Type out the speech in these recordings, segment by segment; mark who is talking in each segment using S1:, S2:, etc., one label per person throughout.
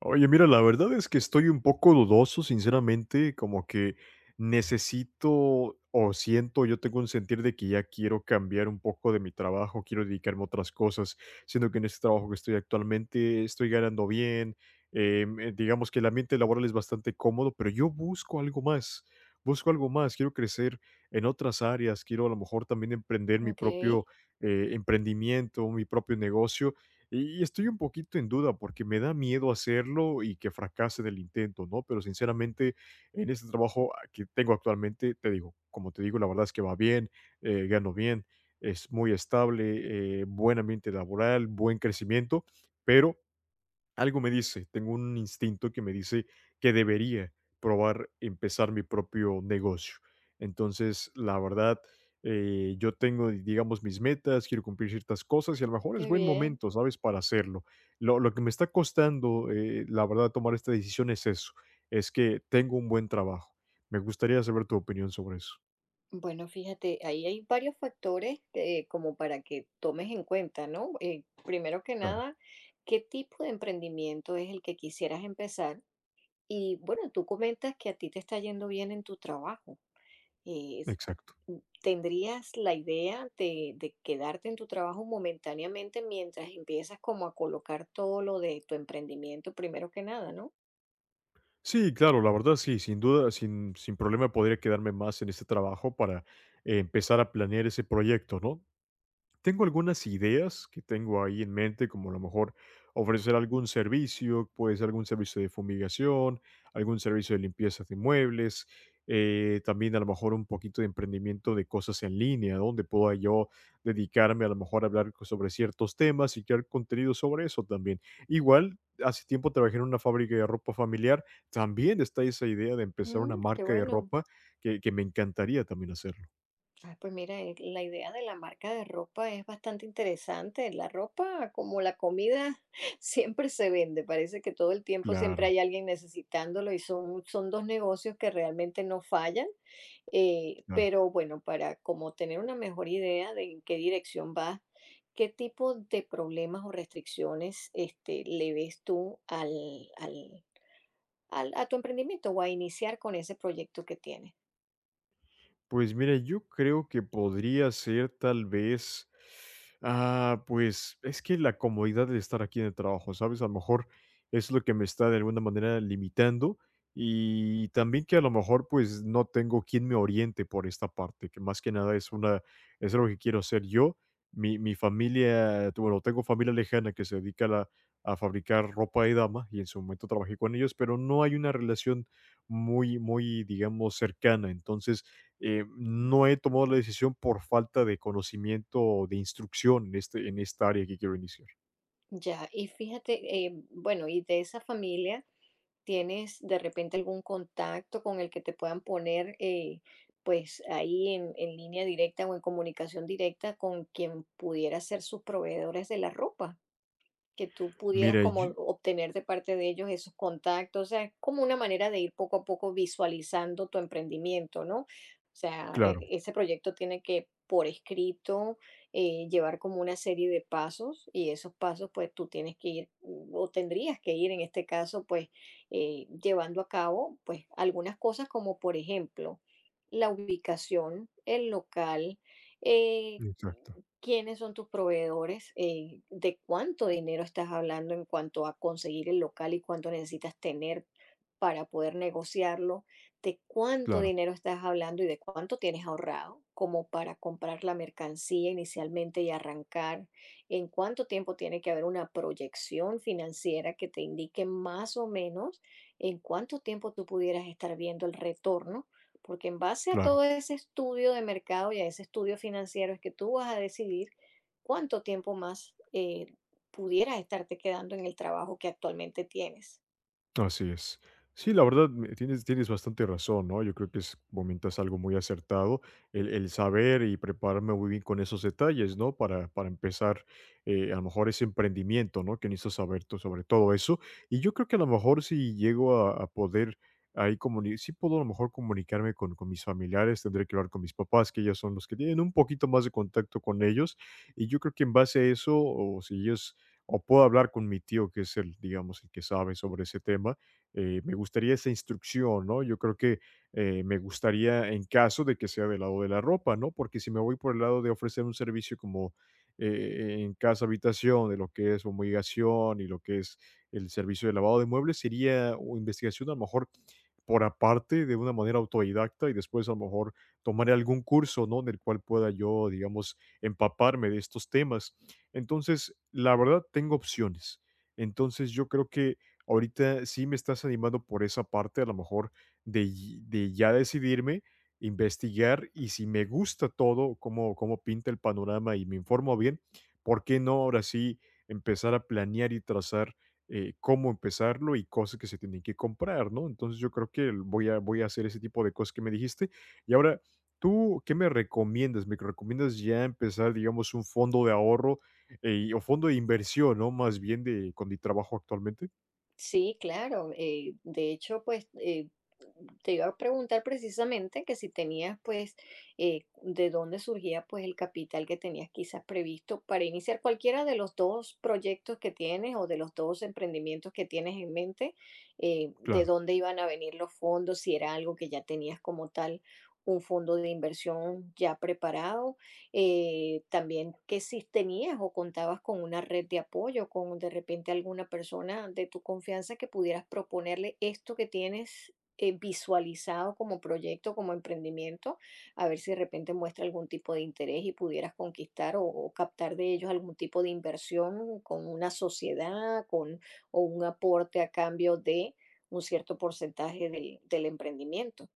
S1: Oye, mira, la verdad es que estoy un poco dudoso, sinceramente, como que necesito o siento, yo tengo un sentir de que ya quiero cambiar un poco de mi trabajo, quiero dedicarme a otras cosas, siendo que en este trabajo que estoy actualmente estoy ganando bien, digamos que el ambiente laboral es bastante cómodo, pero yo busco algo más, quiero crecer en otras áreas, quiero a lo mejor también emprender mi
S2: Ok,
S1: propio emprendimiento, mi propio negocio y estoy un poquito en duda porque me da miedo hacerlo y que fracase en el intento, ¿no? Pero sinceramente, en este trabajo que tengo actualmente, te digo, como te digo, la verdad es que va bien, gano bien, es muy estable, buen ambiente laboral, buen crecimiento, pero algo me dice, tengo un instinto que me dice que debería probar empezar mi propio negocio. Entonces, la verdad, yo tengo, digamos, mis metas, quiero cumplir ciertas cosas y a lo mejor es
S2: qué
S1: buen
S2: bien.
S1: momento, ¿sabes?, para hacerlo. Lo que me está costando, la verdad, tomar esta decisión es eso, es que tengo un buen trabajo. Me gustaría saber tu opinión sobre eso.
S2: Bueno, fíjate, ahí hay varios factores como para que tomes en cuenta, ¿no? Primero que
S1: Claro,
S2: nada, ¿qué tipo de emprendimiento es el que quisieras empezar? Y bueno, tú comentas que a ti te está yendo bien en tu trabajo. Eh, es-
S1: exacto.
S2: mm, ¿Tendrías la idea de quedarte en tu trabajo momentáneamente mientras empiezas como a colocar todo lo de tu emprendimiento primero que nada, ¿no?
S1: Sí, claro, la verdad sí, sin duda, sin problema podría quedarme más en este trabajo para empezar a planear ese proyecto, ¿no? Tengo algunas ideas que tengo ahí en mente, como a lo mejor ofrecer algún servicio, puede ser algún servicio de fumigación, algún servicio de limpieza de muebles, también a lo mejor un poquito de emprendimiento de cosas en línea, donde pueda yo dedicarme a lo mejor a hablar sobre ciertos temas y crear contenido sobre eso también. Igual, hace tiempo trabajé en una fábrica de ropa familiar, también está esa idea de empezar una
S2: Mm, qué
S1: marca de
S2: bueno.
S1: ropa que me encantaría también hacerlo.
S2: Ay, pues mira, la idea de la marca de ropa es bastante interesante. La ropa, como la comida, siempre se vende. Parece que todo el tiempo siempre
S1: Claro,
S2: hay alguien necesitándolo y son dos negocios que realmente no fallan.
S1: claro.
S2: Pero bueno, para como tener una mejor idea de en qué dirección vas, ¿qué tipo de problemas o restricciones este, le ves tú al, a tu emprendimiento o a iniciar con ese proyecto que tienes?
S1: Pues mira, yo creo que podría ser tal vez, pues es que la comodidad de estar aquí en el trabajo, ¿sabes? A lo mejor es lo que me está de alguna manera limitando y también que a lo mejor pues no tengo quien me oriente por esta parte, que más que nada es una, es algo que quiero hacer yo. Mi familia, bueno, tengo familia lejana que se dedica a fabricar ropa de dama y en su momento trabajé con ellos, pero no hay una relación muy, muy, digamos, cercana. Entonces, no he tomado la decisión por falta de conocimiento o de instrucción en este en esta área que quiero iniciar.
S2: Ya, y fíjate, bueno, y de esa familia, ¿tienes de repente algún contacto con el que te puedan poner, pues ahí en línea directa o en comunicación directa con quien pudiera ser sus proveedores de la ropa? Que tú pudieras
S1: Mira,
S2: como
S1: yo
S2: obtener de parte de ellos esos contactos. O sea, es como una manera de ir poco a poco visualizando tu emprendimiento, ¿no? O sea,
S1: claro,
S2: ese proyecto tiene que por escrito llevar como una serie de pasos y esos pasos pues tú tienes que ir o tendrías que ir en este caso pues llevando a cabo pues algunas cosas como por ejemplo la ubicación, el local, eh,
S1: exacto,
S2: ¿quiénes son tus proveedores? ¿Eh, de cuánto dinero estás hablando en cuanto a conseguir el local y cuánto necesitas tener para poder negociarlo? ¿De cuánto
S1: claro,
S2: dinero estás hablando y de cuánto tienes ahorrado como para comprar la mercancía inicialmente y arrancar? ¿En cuánto tiempo tiene que haber una proyección financiera que te indique más o menos en cuánto tiempo tú pudieras estar viendo el retorno? Porque en base a
S1: claro.
S2: todo ese estudio de mercado y a ese estudio financiero es que tú vas a decidir cuánto tiempo más pudieras estarte quedando en el trabajo que actualmente tienes.
S1: Así es. Sí, la verdad, tienes, tienes bastante razón, ¿no? Yo creo que es, comentas algo muy acertado, el saber y prepararme muy bien con esos detalles, ¿no? Para empezar, a lo mejor ese emprendimiento, ¿no? Que necesito saber sobre todo eso. Y yo creo que a lo mejor si llego a poder ahí comunicar, sí puedo a lo mejor comunicarme con mis familiares, tendré que hablar con mis papás, que ellos son los que tienen un poquito más de contacto con ellos. Y yo creo que en base a eso, o si ellos o puedo hablar con mi tío, que es el, digamos, el que sabe sobre ese tema. Me gustaría esa instrucción, ¿no? Yo creo que me gustaría en caso de que sea del lado de la ropa, ¿no? Porque si me voy por el lado de ofrecer un servicio como en casa habitación, de lo que es fumigación y lo que es el servicio de lavado de muebles, sería una investigación a lo mejor por aparte de una manera autodidacta y después a lo mejor tomaré algún curso, ¿no? En el cual pueda yo, digamos, empaparme de estos temas. Entonces, la verdad, tengo opciones. Entonces, yo creo que ahorita sí me estás animando por esa parte, a lo mejor, de ya decidirme, investigar y si me gusta todo, cómo, cómo pinta el panorama y me informo bien, ¿por qué no ahora sí empezar a planear y trazar cómo empezarlo y cosas que se tienen que comprar, ¿no? Entonces, yo creo que voy a hacer ese tipo de cosas que me dijiste. Y ahora, ¿tú qué me recomiendas? ¿Me recomiendas ya empezar, digamos, un fondo de ahorro? Y o fondo de inversión, ¿no? Más bien de con mi trabajo actualmente.
S2: Sí, claro. De hecho, pues te iba a preguntar precisamente que si tenías, pues, de dónde surgía, pues, el capital que tenías quizás previsto para iniciar cualquiera de los dos proyectos que tienes o de los dos emprendimientos que tienes en mente, de
S1: Claro.
S2: dónde iban a venir los fondos, si era algo que ya tenías como tal, un fondo de inversión ya preparado. También que si tenías o contabas con una red de apoyo, con de repente alguna persona de tu confianza que pudieras proponerle esto que tienes visualizado como proyecto, como emprendimiento, a ver si de repente muestra algún tipo de interés y pudieras conquistar o captar de ellos algún tipo de inversión con una sociedad, con o un aporte a cambio de un cierto porcentaje del emprendimiento.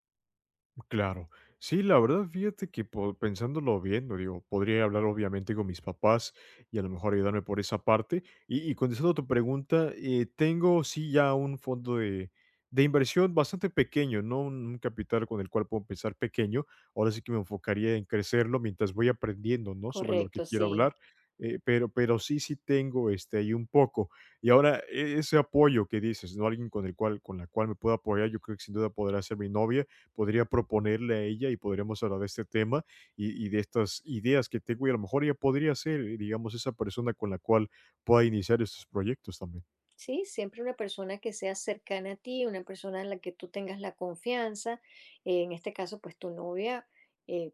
S1: Claro. Sí, la verdad, fíjate que pensándolo bien, lo digo, podría hablar obviamente con mis papás y a lo mejor ayudarme por esa parte. Y contestando tu pregunta, tengo sí ya un fondo de inversión bastante pequeño, no un capital con el cual puedo empezar pequeño. Ahora sí que me enfocaría en crecerlo mientras voy aprendiendo, ¿no? Sobre lo que
S2: Correcto,
S1: quiero
S2: sí.
S1: hablar. Pero sí, sí tengo este ahí un poco. Y ahora, ese apoyo que dices, ¿no? Alguien con el cual, con la cual me puedo apoyar, yo creo que sin duda podrá ser mi novia podría proponerle a ella y podríamos hablar de este tema y de estas ideas que tengo y a lo mejor ella podría ser, digamos, esa persona con la cual pueda iniciar estos proyectos también.
S2: Sí, siempre una persona que sea cercana a ti, una persona en la que tú tengas la confianza. En este caso, pues tu novia, eh,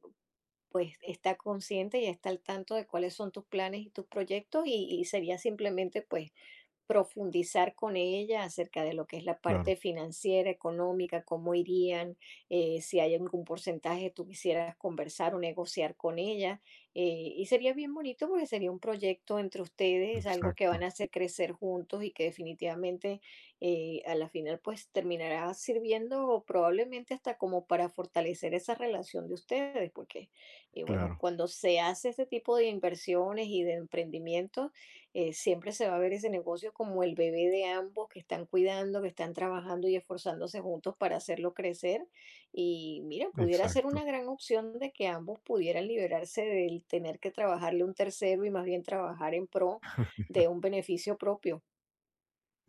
S2: pues está consciente y está al tanto de cuáles son tus planes y tus proyectos y sería simplemente, pues, profundizar con ella acerca de lo que es la parte
S1: Claro,
S2: financiera, económica, cómo irían, si hay algún porcentaje tú quisieras conversar o negociar con ella. Y sería bien bonito porque sería un proyecto entre ustedes, algo que van
S1: exacto,
S2: a hacer crecer juntos y que definitivamente a la final pues terminará sirviendo probablemente hasta como para fortalecer esa relación de ustedes, porque bueno,
S1: claro,
S2: cuando se hace ese tipo de inversiones y de emprendimientos, siempre se va a ver ese negocio como el bebé de ambos que están cuidando, que están trabajando y esforzándose juntos para hacerlo crecer. Y mira, pudiera ser una
S1: exacto.
S2: gran opción de que ambos pudieran liberarse del tener que trabajarle a un tercero y más bien trabajar en pro de un beneficio propio.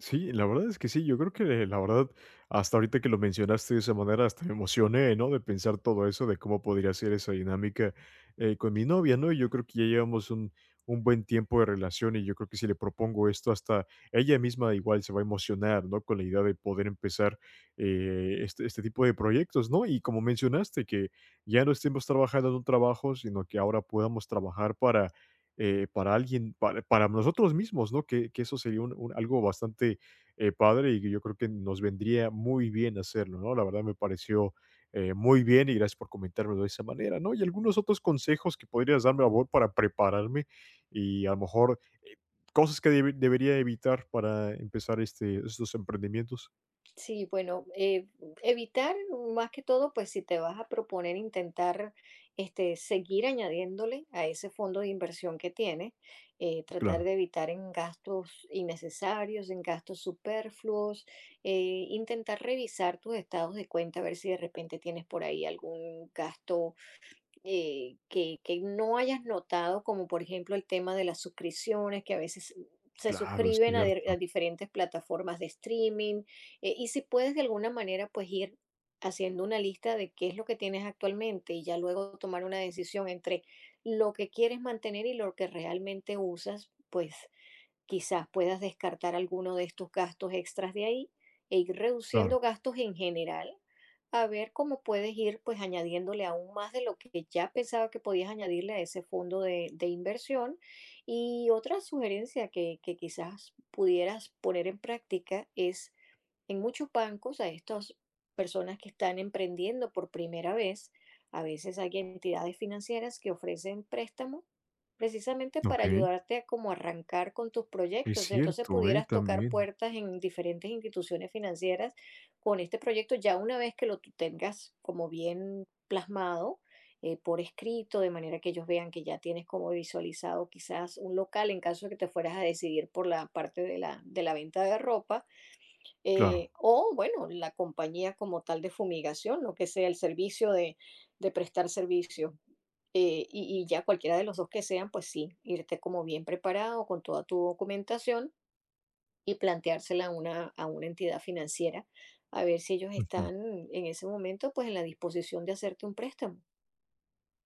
S1: Sí, la verdad es que sí, yo creo que la verdad, hasta ahorita que lo mencionaste de esa manera, hasta me emocioné, ¿no? De pensar todo eso, de cómo podría ser esa dinámica con mi novia, ¿no? Y yo creo que ya llevamos un buen tiempo de relación y yo creo que si le propongo esto, hasta ella misma igual se va a emocionar, ¿no? Con la idea de poder empezar este tipo de proyectos, ¿no? Y como mencionaste, que ya no estemos trabajando en un trabajo, sino que ahora podamos trabajar para para nosotros mismos, ¿no? Que eso sería un- algo bastante padre y que yo creo que nos vendría muy bien hacerlo, ¿no? La verdad me pareció muy bien y gracias por comentármelo de esa manera, ¿no? Y algunos otros consejos que podrías darme, a favor, para prepararme y a lo mejor cosas que debería evitar para empezar este, estos emprendimientos.
S2: Sí, bueno, evitar más que todo, pues si te vas a proponer intentar este, seguir añadiéndole a ese fondo de inversión que tienes, tratar
S1: Claro,
S2: de evitar en gastos innecesarios, en gastos superfluos, intentar revisar tus estados de cuenta, a ver si de repente tienes por ahí algún gasto que no hayas notado, como por ejemplo el tema de las suscripciones, que a veces se
S1: claro, es
S2: suscriben a, a
S1: cierto,
S2: diferentes plataformas de streaming, y si puedes de alguna manera pues ir haciendo una lista de qué es lo que tienes actualmente y ya luego tomar una decisión entre lo que quieres mantener y lo que realmente usas, pues quizás puedas descartar alguno de estos gastos extras de ahí e ir reduciendo
S1: claro.
S2: gastos en general, a ver cómo puedes ir pues añadiéndole aún más de lo que ya pensaba que podías añadirle a ese fondo de inversión. Y otra sugerencia que quizás pudieras poner en práctica es en muchos bancos, a estas personas que están emprendiendo por primera vez, a veces hay entidades financieras que ofrecen préstamo precisamente
S1: Ok,
S2: para ayudarte a como arrancar con tus
S1: es
S2: proyectos. Entonces
S1: cierto, ¿eh?
S2: pudieras tocar
S1: También,
S2: puertas en diferentes instituciones financieras con este proyecto ya una vez que lo tú tengas como bien plasmado por escrito, de manera que ellos vean que ya tienes como visualizado quizás un local en caso de que te fueras a decidir por la parte de la venta de ropa,
S1: claro.
S2: o bueno, la compañía como tal de fumigación, lo que sea el servicio de prestar servicio. Y ya cualquiera de los dos que sean, pues sí, irte como bien preparado con toda tu documentación y planteársela a una entidad financiera, a ver si ellos
S1: Ujú.
S2: están en ese momento pues en la disposición de hacerte un préstamo.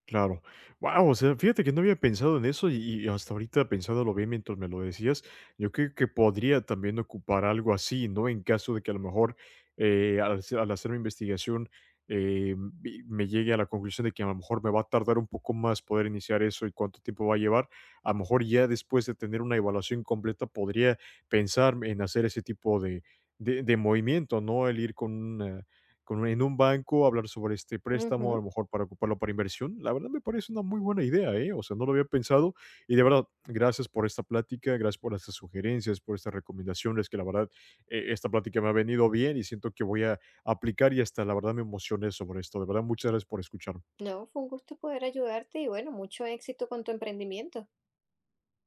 S1: Claro. Wow. O sea, fíjate que no había pensado en eso y hasta ahorita pensándolo bien mientras me lo decías, yo creo que podría también ocupar algo así, ¿no? En caso de que a lo mejor, al hacer mi investigación, vi me llegue a la conclusión de que a lo mejor me va a tardar un poco más poder iniciar eso y cuánto tiempo va a llevar. A lo mejor ya después de tener una evaluación completa podría pensar en hacer ese tipo de movimiento, ¿no? El ir con una con en un banco, hablar sobre este préstamo, a
S2: Ujú.
S1: lo mejor para ocuparlo para inversión. La verdad me parece una muy buena idea, ¿eh? O sea, no lo había pensado y de verdad, gracias por esta plática, gracias por estas sugerencias, por estas recomendaciones, que la verdad, esta plática me ha venido bien y siento que voy a aplicar y hasta la verdad me emocioné sobre esto. De verdad, muchas gracias por escuchar.
S2: No, fue un gusto poder ayudarte y bueno, mucho éxito con tu emprendimiento.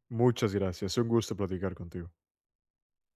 S1: Muchas gracias. Un gusto platicar contigo.